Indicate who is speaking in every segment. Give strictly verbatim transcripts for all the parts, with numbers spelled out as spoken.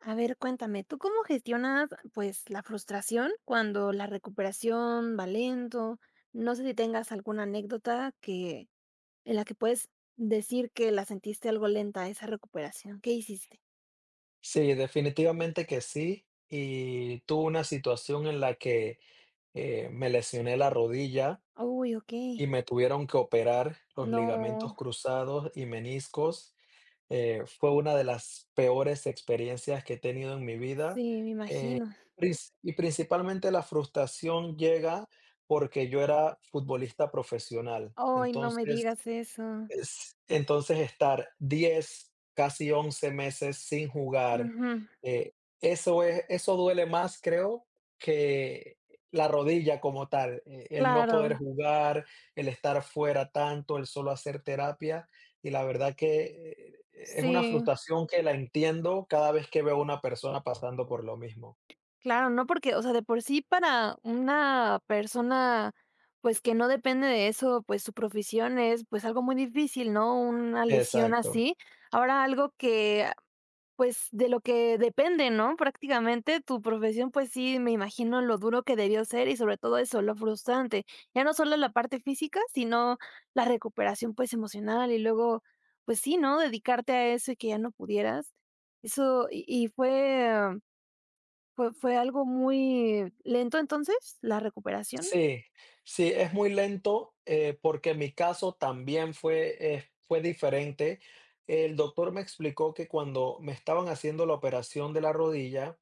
Speaker 1: A ver, cuéntame, ¿tú cómo gestionas, pues, la frustración cuando la recuperación va lento? No sé si tengas alguna anécdota que en la que puedes decir que la sentiste algo lenta esa recuperación. ¿Qué hiciste?
Speaker 2: Sí, definitivamente que sí. Y tuve una situación en la que eh, me lesioné la rodilla
Speaker 1: Uy, okey.
Speaker 2: y me tuvieron que operar los ligamentos
Speaker 1: No,
Speaker 2: cruzados y meniscos. Eh, fue una de las peores experiencias que he tenido en mi vida.
Speaker 1: sí, me imagino.
Speaker 2: Princ- Y principalmente la frustración llega porque yo era futbolista profesional.
Speaker 1: Ay, no me
Speaker 2: Entonces,
Speaker 1: digas eso.
Speaker 2: es entonces estar diez, casi once meses sin jugar,
Speaker 1: Ujú,
Speaker 2: eh, eso es eso duele más, creo, que la rodilla como tal, eh, el no poder
Speaker 1: claro,
Speaker 2: jugar, el estar fuera tanto, el solo hacer terapia, y la verdad que, eh, es una
Speaker 1: sí.
Speaker 2: frustración que la entiendo cada vez que veo a una persona pasando por lo mismo.
Speaker 1: Claro, no, porque, o sea, de por sí para una persona, pues, que no depende de eso, pues, su profesión es, pues, algo muy difícil, ¿no? Una lesión
Speaker 2: Exacto.
Speaker 1: así. Ahora algo que, pues, de lo que depende, ¿no? Prácticamente tu profesión, pues sí, me imagino lo duro que debió ser y sobre todo eso, lo frustrante. Ya no solo la parte física, sino la recuperación, pues, emocional y luego, pues sí, ¿no? Dedicarte a eso y que ya no pudieras. Eso, y, y fue fue fue algo muy lento, entonces, ¿la recuperación?
Speaker 2: Sí, sí, es muy lento, eh, porque en mi caso también fue, eh, fue diferente. El doctor me explicó que cuando me estaban haciendo la operación de la rodilla,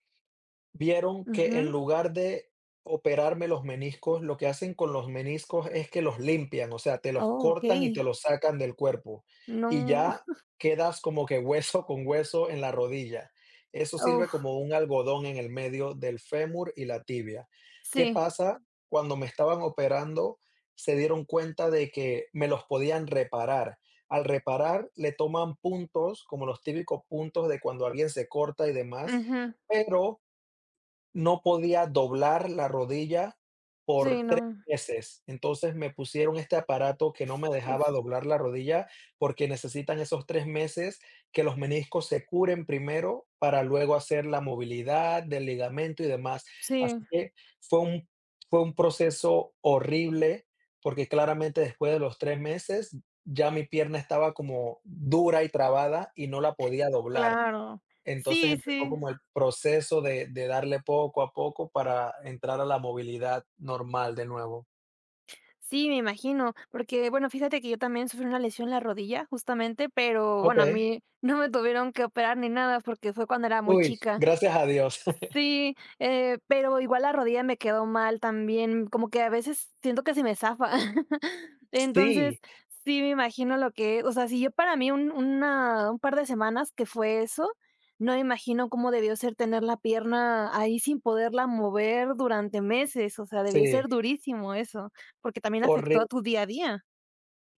Speaker 2: vieron que en
Speaker 1: Ujú.
Speaker 2: lugar de operarme los meniscos, lo que hacen con los meniscos es que los limpian, o sea, te los
Speaker 1: Oh,
Speaker 2: cortan y te
Speaker 1: okey.
Speaker 2: los sacan del cuerpo y
Speaker 1: No,
Speaker 2: ya quedas como que hueso con hueso en la rodilla. Eso sirve
Speaker 1: uf,
Speaker 2: como un algodón en el medio del fémur y la tibia. ¿Qué
Speaker 1: sí,
Speaker 2: pasa? Cuando me estaban operando, se dieron cuenta de que me los podían reparar. Al reparar, le toman puntos, como los típicos puntos de cuando alguien se corta y demás,
Speaker 1: ujú,
Speaker 2: pero no podía doblar la rodilla por
Speaker 1: sí, no,
Speaker 2: tres meses, entonces me pusieron este aparato que no me dejaba
Speaker 1: uf,
Speaker 2: doblar la rodilla, porque necesitan esos tres meses que los meniscos se curen primero para luego hacer la movilidad del ligamento y demás. Así
Speaker 1: sí,
Speaker 2: que fue un fue un proceso horrible, porque claramente después de los tres meses ya mi pierna estaba como dura y trabada y no la podía doblar.
Speaker 1: claro.
Speaker 2: Entonces
Speaker 1: Sí,
Speaker 2: empezó
Speaker 1: sí,
Speaker 2: como el proceso de de darle poco a poco para entrar a la movilidad normal de nuevo.
Speaker 1: sí, me imagino, porque, bueno, fíjate que yo también sufrí una lesión en la rodilla, justamente, pero, bueno, a
Speaker 2: Okey.
Speaker 1: mí no me tuvieron que operar ni nada, porque fue cuando era muy
Speaker 2: Uy,
Speaker 1: chica.
Speaker 2: gracias a Dios.
Speaker 1: Sí, eh, pero igual la rodilla me quedó mal también, como que a veces siento que se me zafa. Entonces,
Speaker 2: Sí,
Speaker 1: sí me imagino lo que o sea, si yo para mí un una un par de semanas que fue eso, no me imagino cómo debió ser tener la pierna ahí sin poderla mover durante meses, o sea, debió
Speaker 2: sí,
Speaker 1: ser durísimo eso, porque también afectó a
Speaker 2: horrible.
Speaker 1: tu día a día.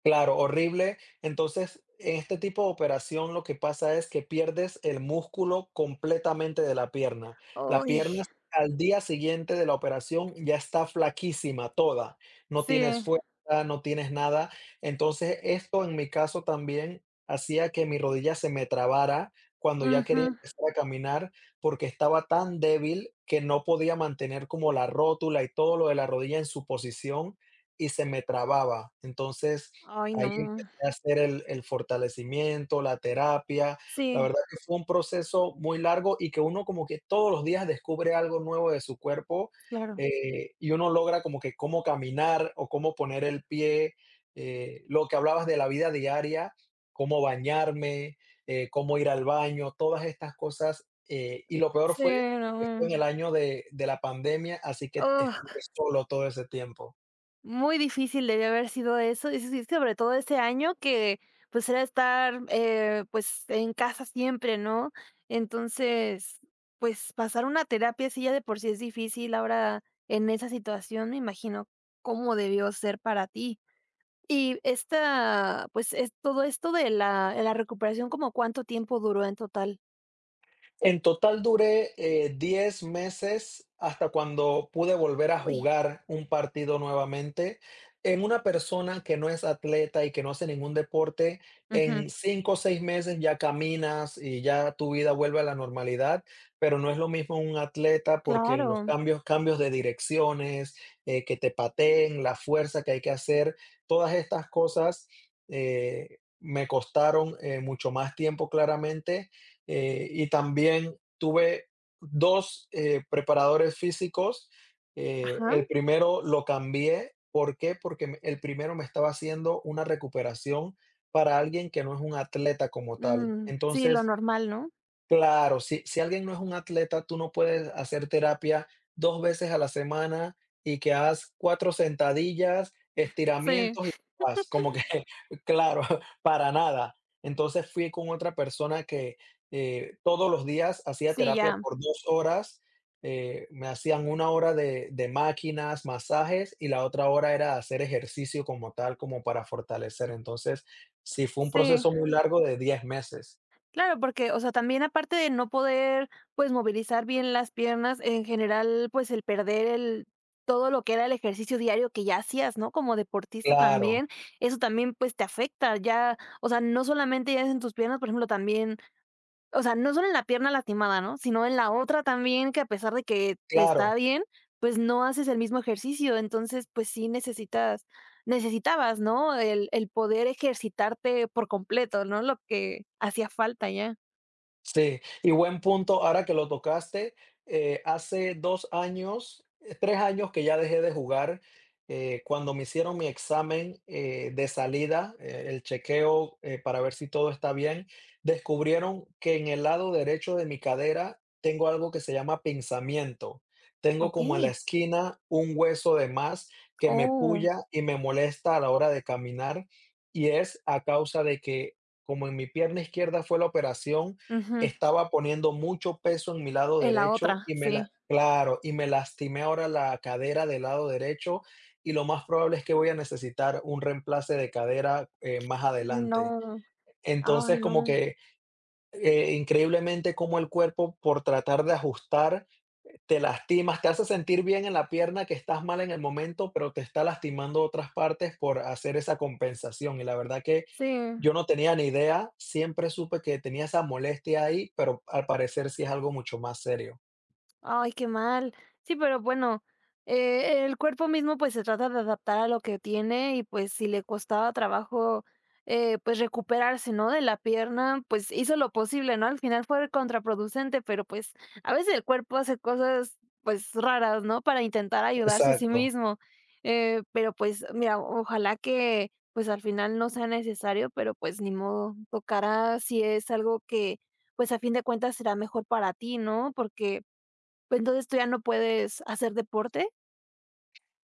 Speaker 2: Claro, horrible. Entonces, en este tipo de operación lo que pasa es que pierdes el músculo completamente de la pierna. La
Speaker 1: Ay,
Speaker 2: pierna al día siguiente de la operación ya está flaquísima toda, no tienes
Speaker 1: sí,
Speaker 2: fuerza, no tienes nada. Entonces, esto en mi caso también hacía que mi rodilla se me trabara cuando ya quería
Speaker 1: ujú.
Speaker 2: empezar a caminar porque estaba tan débil que no podía mantener como la rótula y todo lo de la rodilla en su posición y se me trababa. Entonces,
Speaker 1: Ay,
Speaker 2: ahí
Speaker 1: no.
Speaker 2: empecé a hacer el el fortalecimiento, la terapia. La
Speaker 1: Sí,
Speaker 2: verdad que fue un proceso muy largo y que uno como que todos los días descubre algo nuevo de su cuerpo,
Speaker 1: claro.
Speaker 2: eh, y uno logra como que cómo caminar o cómo poner el pie, eh, lo que hablabas de la vida diaria, cómo bañarme, eh, cómo ir al baño, todas estas cosas, eh, y lo peor
Speaker 1: Sí,
Speaker 2: fue que fue en
Speaker 1: no.
Speaker 2: el año de de la pandemia, así que estuve solo todo ese tiempo.
Speaker 1: Muy difícil debió haber sido eso, y sí, sí, sobre todo ese año que, pues, era estar, eh, pues, en casa siempre, ¿no? Entonces, pues, pasar una terapia sí ya de por sí es difícil, ahora en esa situación me imagino cómo debió ser para ti. Y esta, pues, es todo esto de la de la recuperación, ¿como cuánto tiempo duró en total?
Speaker 2: En total duré eh, diez meses hasta cuando pude volver a
Speaker 1: Uy.
Speaker 2: jugar un partido nuevamente. En una persona que no es atleta y que no hace ningún deporte,
Speaker 1: Ujú.
Speaker 2: en cinco o seis meses ya caminas y ya tu vida vuelve a la normalidad, pero no es lo mismo un atleta porque los
Speaker 1: Claro.
Speaker 2: cambios, cambios de direcciones, eh, que te pateen, la fuerza que hay que hacer, todas estas cosas eh, me costaron eh, mucho más tiempo claramente, eh, y también tuve dos eh, preparadores físicos. Eh,
Speaker 1: Ajá.
Speaker 2: el primero lo cambié, ¿por qué? Porque me el primero me estaba haciendo una recuperación para alguien que no es un atleta como tal.
Speaker 1: Mm, sí, lo
Speaker 2: Entonces,
Speaker 1: normal, ¿no?
Speaker 2: claro, si si alguien no es un atleta, tú no puedes hacer terapia dos veces a la semana y que hagas cuatro sentadillas,
Speaker 1: Sí,
Speaker 2: estiramientos y paz, como que claro, para nada. Entonces fui con otra persona que, eh, todos los días hacía
Speaker 1: sí,
Speaker 2: terapia
Speaker 1: ya.
Speaker 2: por dos horas, eh, me hacían una hora de de máquinas, masajes y la otra hora era hacer ejercicio como tal, como para fortalecer. Entonces, sí fue un
Speaker 1: Sí.
Speaker 2: proceso muy largo de diez meses.
Speaker 1: Claro, porque, o sea, también aparte de no poder, pues, movilizar bien las piernas, en general, pues, el perder el todo lo que era el ejercicio diario que ya hacías, ¿no? Como deportista
Speaker 2: Claro,
Speaker 1: también, eso también, pues, te afecta, ya, o sea, no solamente ya es en tus piernas, por ejemplo, también, o sea, no solo en la pierna lastimada, ¿no? Sino en la otra también, que a pesar de que te está
Speaker 2: claro.
Speaker 1: bien, pues, no haces el mismo ejercicio, entonces, pues, sí necesitas necesitabas, ¿no? El el poder ejercitarte por completo, ¿no? Lo que hacía falta ya.
Speaker 2: Sí, y buen punto ahora que lo tocaste. Eh, hace dos años, eh, tres años que ya dejé de jugar. Eh, cuando me hicieron mi examen, eh, de salida, eh, el chequeo, eh, para ver si todo está bien, descubrieron que en el lado derecho de mi cadera tengo algo que se llama pinzamiento. Tengo como en la
Speaker 1: Okey.
Speaker 2: esquina un hueso de más que me
Speaker 1: Oh,
Speaker 2: pulla y me molesta a la hora de caminar, y es a causa de que, como en mi pierna izquierda fue la operación,
Speaker 1: ujú.
Speaker 2: estaba poniendo mucho peso en mi lado
Speaker 1: En la
Speaker 2: derecho
Speaker 1: otra,
Speaker 2: y me la
Speaker 1: sí.
Speaker 2: claro, y me lastimé ahora la cadera del lado derecho, y lo más probable es que voy a necesitar un reemplace de cadera, eh, más adelante.
Speaker 1: No. Ay,
Speaker 2: Entonces, como
Speaker 1: no.
Speaker 2: que, eh, increíblemente como el cuerpo, por tratar de ajustar, te lastimas, te hace sentir bien en la pierna que estás mal en el momento, pero te está lastimando otras partes por hacer esa compensación. Y la verdad que
Speaker 1: Sí.
Speaker 2: yo no tenía ni idea, siempre supe que tenía esa molestia ahí, pero al parecer sí es algo mucho más serio.
Speaker 1: Ay, qué mal. Sí, pero bueno, eh, el cuerpo mismo pues se trata de adaptar a lo que tiene y pues si le costaba trabajo eh, pues recuperarse, ¿no? De la pierna, pues hizo lo posible, ¿no? Al final fue contraproducente, pero pues a veces el cuerpo hace cosas pues raras, ¿no? Para intentar ayudarse a sí
Speaker 2: Exacto.
Speaker 1: mismo. Eh, pero pues mira, ojalá que pues al final no sea necesario, pero pues ni modo, tocará si es algo que pues a fin de cuentas será mejor para ti, ¿no? Porque pues entonces, ¿tú ya no puedes hacer deporte?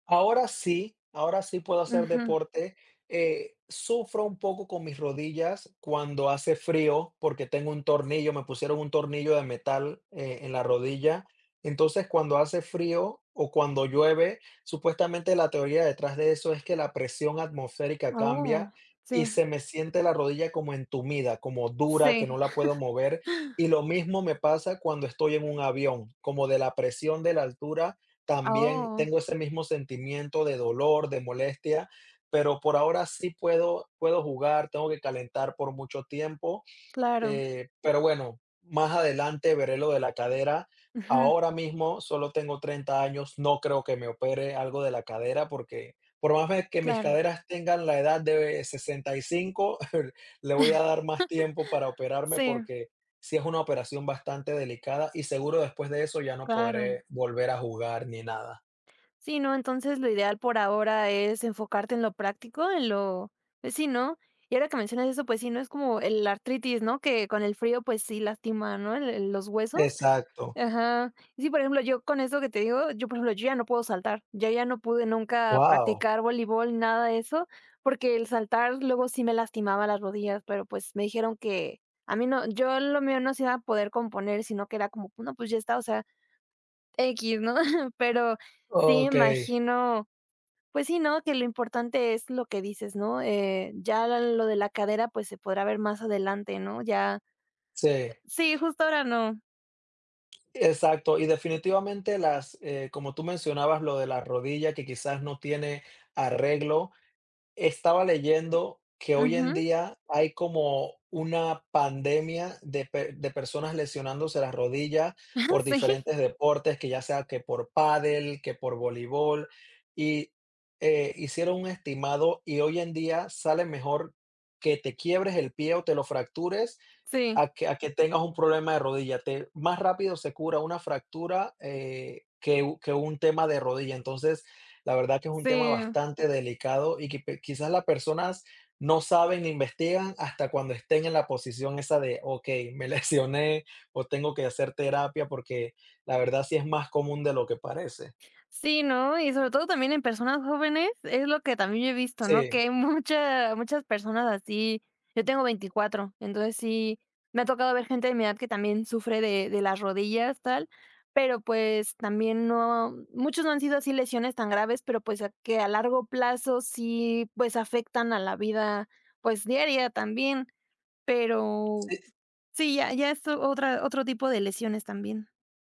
Speaker 2: Ahora sí, ahora sí puedo hacer
Speaker 1: Ujú.
Speaker 2: deporte. Eh, sufro un poco con mis rodillas cuando hace frío porque tengo un tornillo, me pusieron un tornillo de metal eh, en la rodilla. Entonces, cuando hace frío o cuando llueve, supuestamente la teoría detrás de eso es que la presión atmosférica
Speaker 1: Oh,
Speaker 2: cambia y
Speaker 1: sí,
Speaker 2: se me siente la rodilla como entumida, como dura, que no
Speaker 1: sí.
Speaker 2: la puedo mover. Y lo mismo me pasa cuando estoy en un avión, como de la presión de la altura también
Speaker 1: Oh,
Speaker 2: tengo ese mismo sentimiento de dolor, de molestia, pero por ahora sí puedo puedo jugar, tengo que calentar por mucho tiempo.
Speaker 1: claro.
Speaker 2: Eh, pero bueno, más adelante veré lo de la cadera.
Speaker 1: Ujú,
Speaker 2: Ahora mismo solo tengo treinta años, no creo que me opere algo de la cadera porque por más ve- que mis
Speaker 1: claro.
Speaker 2: caderas tengan la edad de sesenta y cinco, le voy a dar más tiempo para operarme
Speaker 1: Sí,
Speaker 2: porque sí es una operación bastante delicada y seguro después de eso ya no
Speaker 1: claro.
Speaker 2: podré volver a jugar ni nada.
Speaker 1: Sí, no, entonces lo ideal por ahora es enfocarte en lo práctico, en lo pues sí, ¿no? Y ahora que mencionas eso, pues sí, ¿no? Es como el artritis, ¿no? Que con el frío, pues sí lastima, ¿no? El el los huesos.
Speaker 2: Exacto.
Speaker 1: Ajá. Sí, por ejemplo, yo con eso que te digo, yo, por ejemplo, yo ya no puedo saltar. Yo ya no pude nunca
Speaker 2: Wow.
Speaker 1: practicar voleibol, nada de eso, porque el saltar luego sí me lastimaba las rodillas, pero, pues, me dijeron que a mí no yo lo mío no se iba a poder componer, sino que era como, pues, no, pues ya está, o sea, equis, ¿no? Pero sí
Speaker 2: Ok.
Speaker 1: imagino, pues sí, ¿no? Que lo importante es lo que dices, ¿no? Eh, ya lo de la cadera, pues, se podrá ver más adelante, ¿no? Ya
Speaker 2: Sí.
Speaker 1: sí, justo ahora no.
Speaker 2: Exacto, y definitivamente las, eh, como tú mencionabas, lo de la rodilla que quizás no tiene arreglo, estaba leyendo que hoy en
Speaker 1: Ujú.
Speaker 2: día hay como una pandemia de, pe- de personas lesionándose las rodillas por
Speaker 1: Sí,
Speaker 2: diferentes deportes, que ya sea que por pádel, que por voleibol, y eh, hicieron un estimado y hoy en día sale mejor que te quiebres el pie o te lo fractures
Speaker 1: sí.
Speaker 2: a que a que tengas un problema de rodilla. Te más rápido se cura una fractura, eh, que u que un tema de rodilla. Entonces, la verdad que es un tema
Speaker 1: Sí,
Speaker 2: bastante delicado y que pe quizás las personas no saben ni investigan hasta cuando estén en la posición esa de: "Okey, me lesioné o tengo que hacer terapia", porque la verdad sí es más común de lo que parece.
Speaker 1: sí, ¿no? Y sobre todo también en personas jóvenes, es lo que también yo he visto, ¿no?
Speaker 2: Sí,
Speaker 1: Que hay mucha muchas personas así. Yo tengo veinticuatro, entonces sí, me ha tocado ver gente de mi edad que también sufre de de las rodillas, tal, pero, pues, también no muchos no han sido así lesiones tan graves, pero, pues, a que a largo plazo sí, pues, afectan a la vida, pues, diaria también, pero
Speaker 2: sí,
Speaker 1: sí, ya ya es o- otra otro tipo de lesiones también.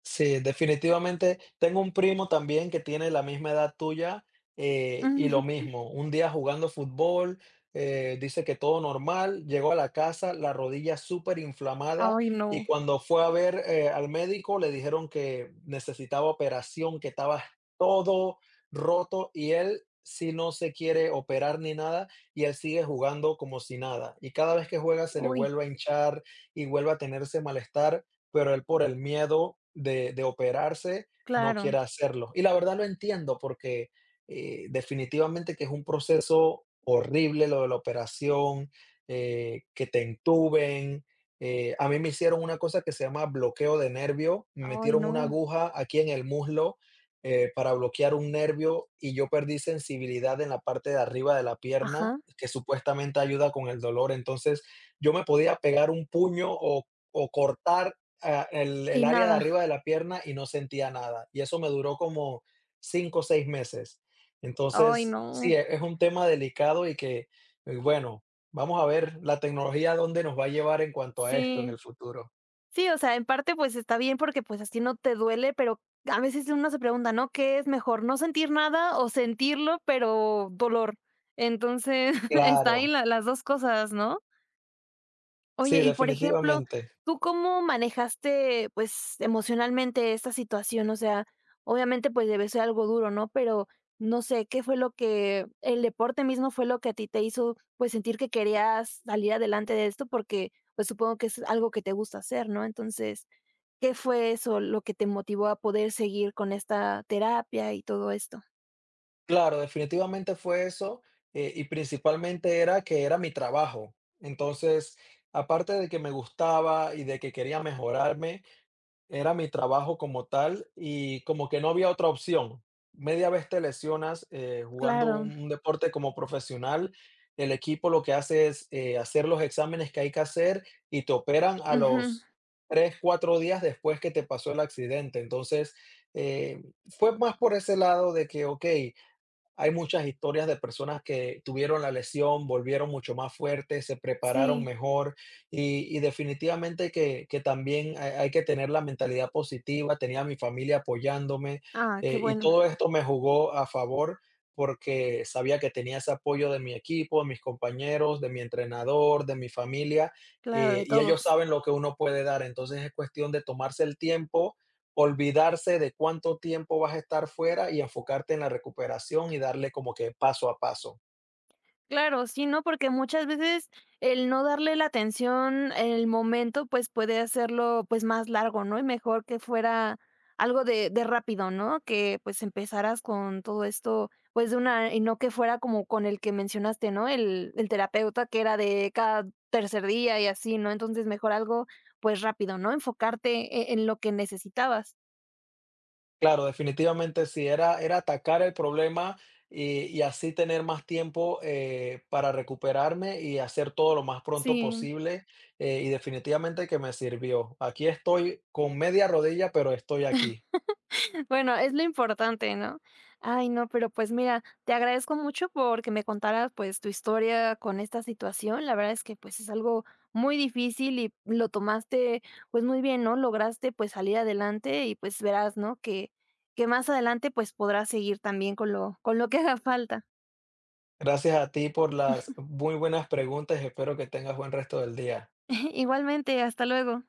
Speaker 2: sí, definitivamente. Tengo un primo también que tiene la misma edad tuya, eh, y lo mismo. Un día jugando fútbol, eh, dice que todo normal, llegó a la casa, la rodilla súper inflamada
Speaker 1: Ay,
Speaker 2: y
Speaker 1: no.
Speaker 2: cuando fue a ver eh, al médico le dijeron que necesitaba operación, que estaba todo roto y él si no se quiere operar ni nada y él sigue jugando como si nada. Y cada vez que juega se le
Speaker 1: Uy.
Speaker 2: vuelve a hinchar y vuelve a tenerse malestar, pero él por el miedo de de operarse no
Speaker 1: Claro.
Speaker 2: quiere hacerlo. Y la verdad lo entiendo porque, eh, definitivamente que es un proceso horrible lo de la operación, eh, que te entuben. Eh, a mí me hicieron una cosa que se llama bloqueo de nervio, me
Speaker 1: Ay,
Speaker 2: metieron una
Speaker 1: no.
Speaker 2: aguja aquí en el muslo, eh, para bloquear un nervio y yo perdí sensibilidad en la parte de arriba de la pierna,
Speaker 1: Ajá.
Speaker 2: que supuestamente ayuda con el dolor. Entonces, yo me podía pegar un puño o o cortar ah, el, el
Speaker 1: Y
Speaker 2: área de arriba
Speaker 1: nada.
Speaker 2: de la pierna y no sentía nada. Y eso me duró como cinco o seis meses.
Speaker 1: Ay,
Speaker 2: Entonces, sí,
Speaker 1: no.
Speaker 2: e- es un tema delicado y que, eh, bueno, vamos a ver la tecnología a dónde nos va a llevar en cuanto a esto en
Speaker 1: Sí.
Speaker 2: el futuro.
Speaker 1: Sí, o sea, en parte, pues, está bien porque, pues, así no te duele, pero a veces uno se pregunta, ¿no? ¿Qué es mejor? ¿No sentir nada o sentirlo, pero dolor? Entonces, está ahí
Speaker 2: Claro,
Speaker 1: la las dos cosas, ¿no?
Speaker 2: sí,
Speaker 1: Oye, y por ejemplo,
Speaker 2: definitivamente.
Speaker 1: ¿tú cómo manejaste, pues, emocionalmente esta situación? O sea, obviamente, pues, debe ser algo duro, ¿no? Pero, no sé, ¿qué fue lo que el deporte mismo fue lo que a ti te hizo, pues, sentir que querías salir adelante de esto? Porque, pues, supongo que es algo que te gusta hacer, ¿no? Entonces, ¿qué fue eso lo que te motivó a poder seguir con esta terapia y todo esto?
Speaker 2: Claro, definitivamente fue eso, eh, y principalmente era que era mi trabajo. Entonces, aparte de que me gustaba y de que quería mejorarme, era mi trabajo como tal y como que no había otra opción. Media vez te lesionas, eh, jugando
Speaker 1: Claro.
Speaker 2: un deporte como profesional, el equipo lo que hace es, eh, hacer los exámenes que hay que hacer y te operan a
Speaker 1: Ujú.
Speaker 2: los tres cuatro días después que te pasó el accidente. Entonces, eh, fue más por ese lado de que, okey, hay muchas historias de personas que tuvieron la lesión, volvieron mucho más fuertes, se prepararon
Speaker 1: Sí.
Speaker 2: mejor y, y definitivamente que, que también hay, hay que tener la mentalidad positiva. Tenía a mi familia apoyándome,
Speaker 1: Ah, qué
Speaker 2: eh, y
Speaker 1: bueno.
Speaker 2: todo esto me jugó a favor porque sabía que tenía ese apoyo de mi equipo, de mis compañeros, de mi entrenador, de mi familia,
Speaker 1: Claro,
Speaker 2: eh,
Speaker 1: de
Speaker 2: y ellos
Speaker 1: todos.
Speaker 2: saben lo que uno puede dar. Entonces es cuestión de tomarse el tiempo, olvidarse de cuánto tiempo vas a estar fuera y enfocarte en la recuperación y darle como que paso a paso.
Speaker 1: Claro, sí, ¿no? Porque muchas veces el no darle la atención en el momento, pues, puede hacerlo, pues, más largo, ¿no? Y mejor que fuera algo de de rápido, ¿no? Que, pues, empezaras con todo esto, pues, de una y no que fuera como con el que mencionaste, ¿no? El el terapeuta que era de cada tercer día y así, ¿no? Entonces, mejor algo, pues, rápido, ¿no? Enfocarte e en lo que necesitabas.
Speaker 2: Claro, definitivamente sí, era, era atacar el problema y, y así tener más tiempo, eh, para recuperarme y hacer todo lo más pronto
Speaker 1: Sí.
Speaker 2: posible, eh, y definitivamente que me sirvió. Aquí estoy con media rodilla, pero estoy aquí.
Speaker 1: Bueno, es lo importante, ¿no? Ay, no, pero pues mira, te agradezco mucho porque me contaras pues tu historia con esta situación. La verdad es que pues es algo muy difícil y lo tomaste pues muy bien, ¿no? Lograste pues salir adelante y pues verás, ¿no? Que, que más adelante pues podrás seguir también con lo, con lo que haga falta.
Speaker 2: Gracias a ti por las muy buenas preguntas. Espero que tengas buen resto del día.
Speaker 1: Igualmente, hasta luego.